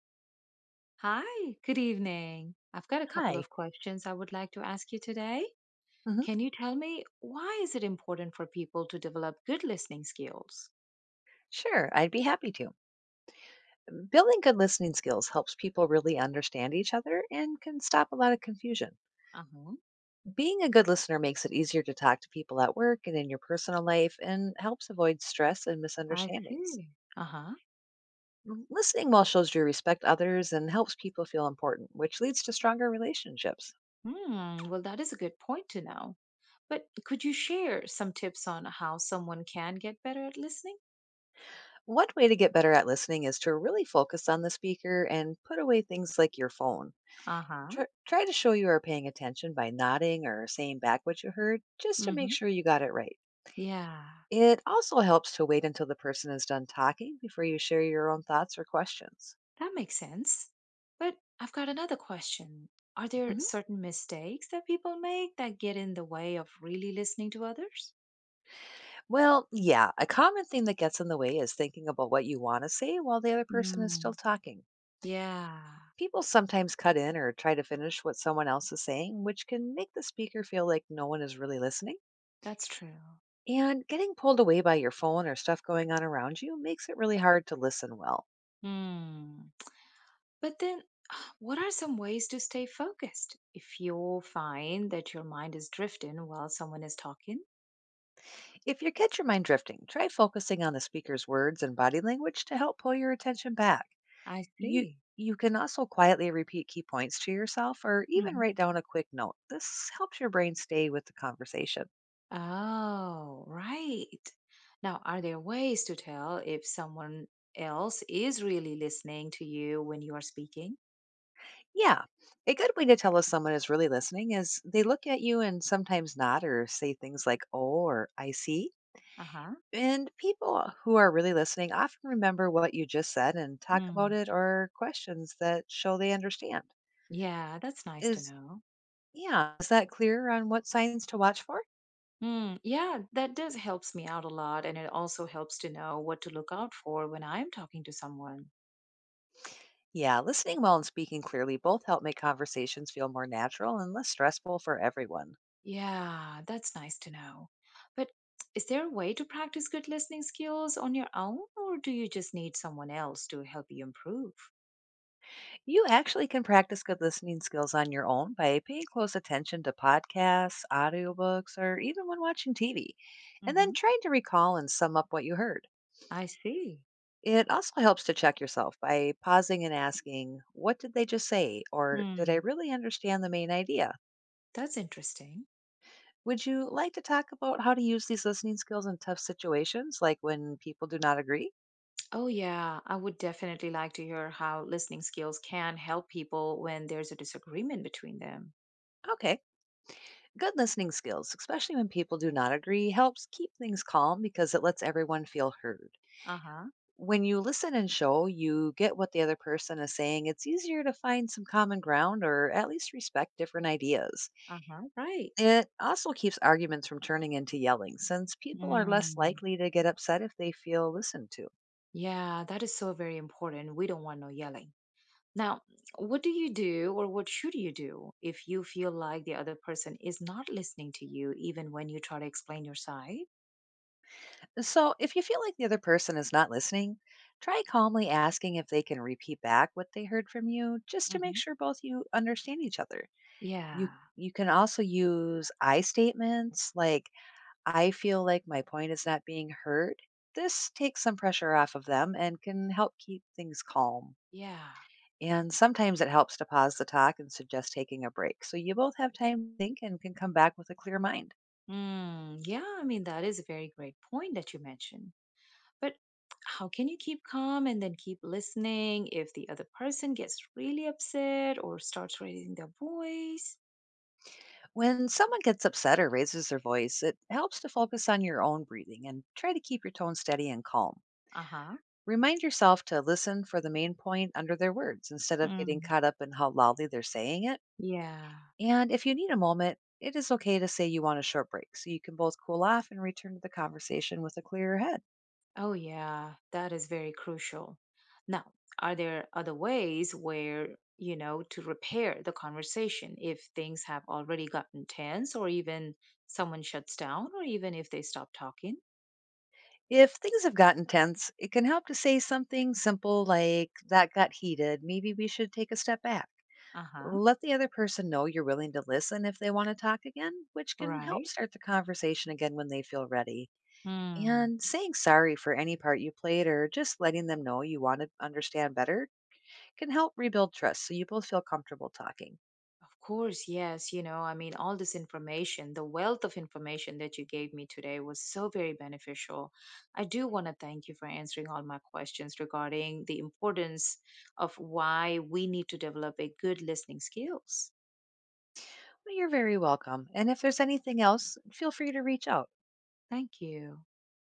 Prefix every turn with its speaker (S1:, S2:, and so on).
S1: Hi, good evening. I've got a couple
S2: Hi.
S1: of questions I would like to ask you today.
S2: Mhm.
S1: Can you tell me why is it important for people to develop good listening skills?
S2: Sure, I'd be happy to. Building good listening skills helps people really understand each other and can stop a lot of confusion.
S1: Uh-huh.
S2: Being a good listener makes it easier to talk to people at work and in your personal life and helps avoid stress and
S1: I
S2: misunderstandings.
S1: see. Uh-huh.
S2: Listening well shows you respect others and helps people feel important, which leads to stronger relationships.
S1: Well, that is a good point to know. But could you share some tips on how someone can get better at listening?
S2: One way to get better at listening is to really focus on the speaker and put away things like your phone.
S1: Uh-huh.
S2: Try to show you are paying attention by nodding or saying back what you heard just to make
S1: Mm-hmm.
S2: sure you got it right.
S1: Yeah,
S2: It also helps to wait until the person is done talking before you share your own thoughts or questions.
S1: that makes sense. But I've got another question. Are there
S2: Hmm.
S1: certain mistakes that people make that get in the way of really listening to others?
S2: Well, yeah, a common thing that gets in the way is thinking about what you want to say while the other person is still
S1: Mm,
S2: talking.
S1: yeah,
S2: People sometimes cut in or try to finish what someone else is saying, which can make the speaker feel like no one is really listening.
S1: that's true.
S2: And getting pulled away by your phone or stuff going on around you makes it really hard to listen well.
S1: Hmm. But then, what are some ways to stay focused if you find that your mind is drifting while someone is talking?
S2: If you catch your mind drifting, try focusing on the speaker's words and body language to help pull your attention back.
S1: I
S2: You
S1: see.
S2: you can also quietly repeat key points to yourself or even
S1: hmm
S2: write down a quick note. This helps your brain stay with the conversation.
S1: Oh, right. Now, are there ways to tell if someone else is really listening to you when you are speaking?
S2: Yeah, a good way to tell if someone is really listening is they look at you and sometimes nod or say things like, oh, or I see.
S1: Uh huh.
S2: And people who are really listening often remember what you just said and talk about
S1: Mm.
S2: it or questions that show they understand.
S1: Yeah, that's nice to
S2: Is
S1: know.
S2: Yeah, is that clear on what signs to watch for?
S1: Mm, yeah, that does helps me out a lot, and it also helps to know what to look out for when I'm talking to someone.
S2: Yeah, listening well and speaking clearly both help make conversations feel more natural and less stressful for everyone.
S1: Yeah, that's nice to know. But is there a way to practice good listening skills on your own, or do you just need someone else to help you improve?
S2: You actually can practice good listening skills on your own by paying close attention to podcasts, audiobooks, or even when watching TV, and then
S1: hmm
S2: trying to recall and sum up what you heard.
S1: I see.
S2: It also helps to check yourself by pausing and asking, "What did they just say?" or "Did I
S1: Hmm,
S2: really understand the main idea?"
S1: that's interesting.
S2: Would you like to talk about how to use these listening skills in tough situations, like when people do not agree?
S1: Oh, yeah, I would definitely like to hear how listening skills can help people when there's a disagreement between them.
S2: Okay. Good listening skills, especially when people do not agree, helps keep things calm because it lets everyone feel heard.
S1: Uh huh,
S2: When you listen and show you get what the other person is saying, it's easier to find some common ground or at least respect different ideas.
S1: uh huh, right.
S2: It also keeps arguments from turning into yelling, since people are less
S1: Mm.
S2: likely to get upset if they feel listened to.
S1: Yeah, that is so very important. We don't want no yelling. Now, what do you do or what should you do if you feel like the other person is not listening to you, even when you try to explain your side?
S2: So, if you feel like the other person is not listening, try calmly asking if they can repeat back what they heard from you just to make
S1: hmm
S2: sure both you understand each other. You
S1: Yeah,
S2: you can also use I statements like, "I feel like my point is not being heard." This takes some pressure off of them and can help keep things calm.
S1: yeah.
S2: And sometimes it helps to pause the talk and suggest taking a break so you both have time to think and can come back with a clear mind.
S1: Mm, yeah, that is a very great point that you mentioned. But how can you keep calm and then keep listening if the other person gets really upset or starts raising their voice?
S2: When someone gets upset or raises their voice, it helps to focus on your own breathing and try to keep your tone steady and calm.
S1: Uh huh.
S2: Remind yourself to listen for the main point under their words instead of getting
S1: Mm.
S2: caught up in how loudly they're saying it.
S1: Yeah.
S2: And if you need a moment, it is okay to say you want a short break so you can both cool off and return to the conversation with a clearer head.
S1: Oh, yeah, that is very crucial. Now, are there other ways where, to repair the conversation if things have already gotten tense or even someone shuts down or even if they stop talking?
S2: If things have gotten tense, it can help to say something simple like, "That got heated. Maybe we should take a step back."
S1: Uh huh.
S2: Let the other person know you're willing to listen if they want to talk again, which can help
S1: Right.
S2: start the conversation again when they feel ready.
S1: Hmm.
S2: And saying sorry for any part you played or just letting them know you want to understand better can help rebuild trust so you both feel comfortable talking.
S1: Of course, yes. All this information, the wealth of information that you gave me today was so very beneficial. I do want to thank you for answering all my questions regarding the importance of why we need to develop a good listening skills.
S2: But You're very welcome. And if there's anything else, feel free to reach out.
S1: Thank you.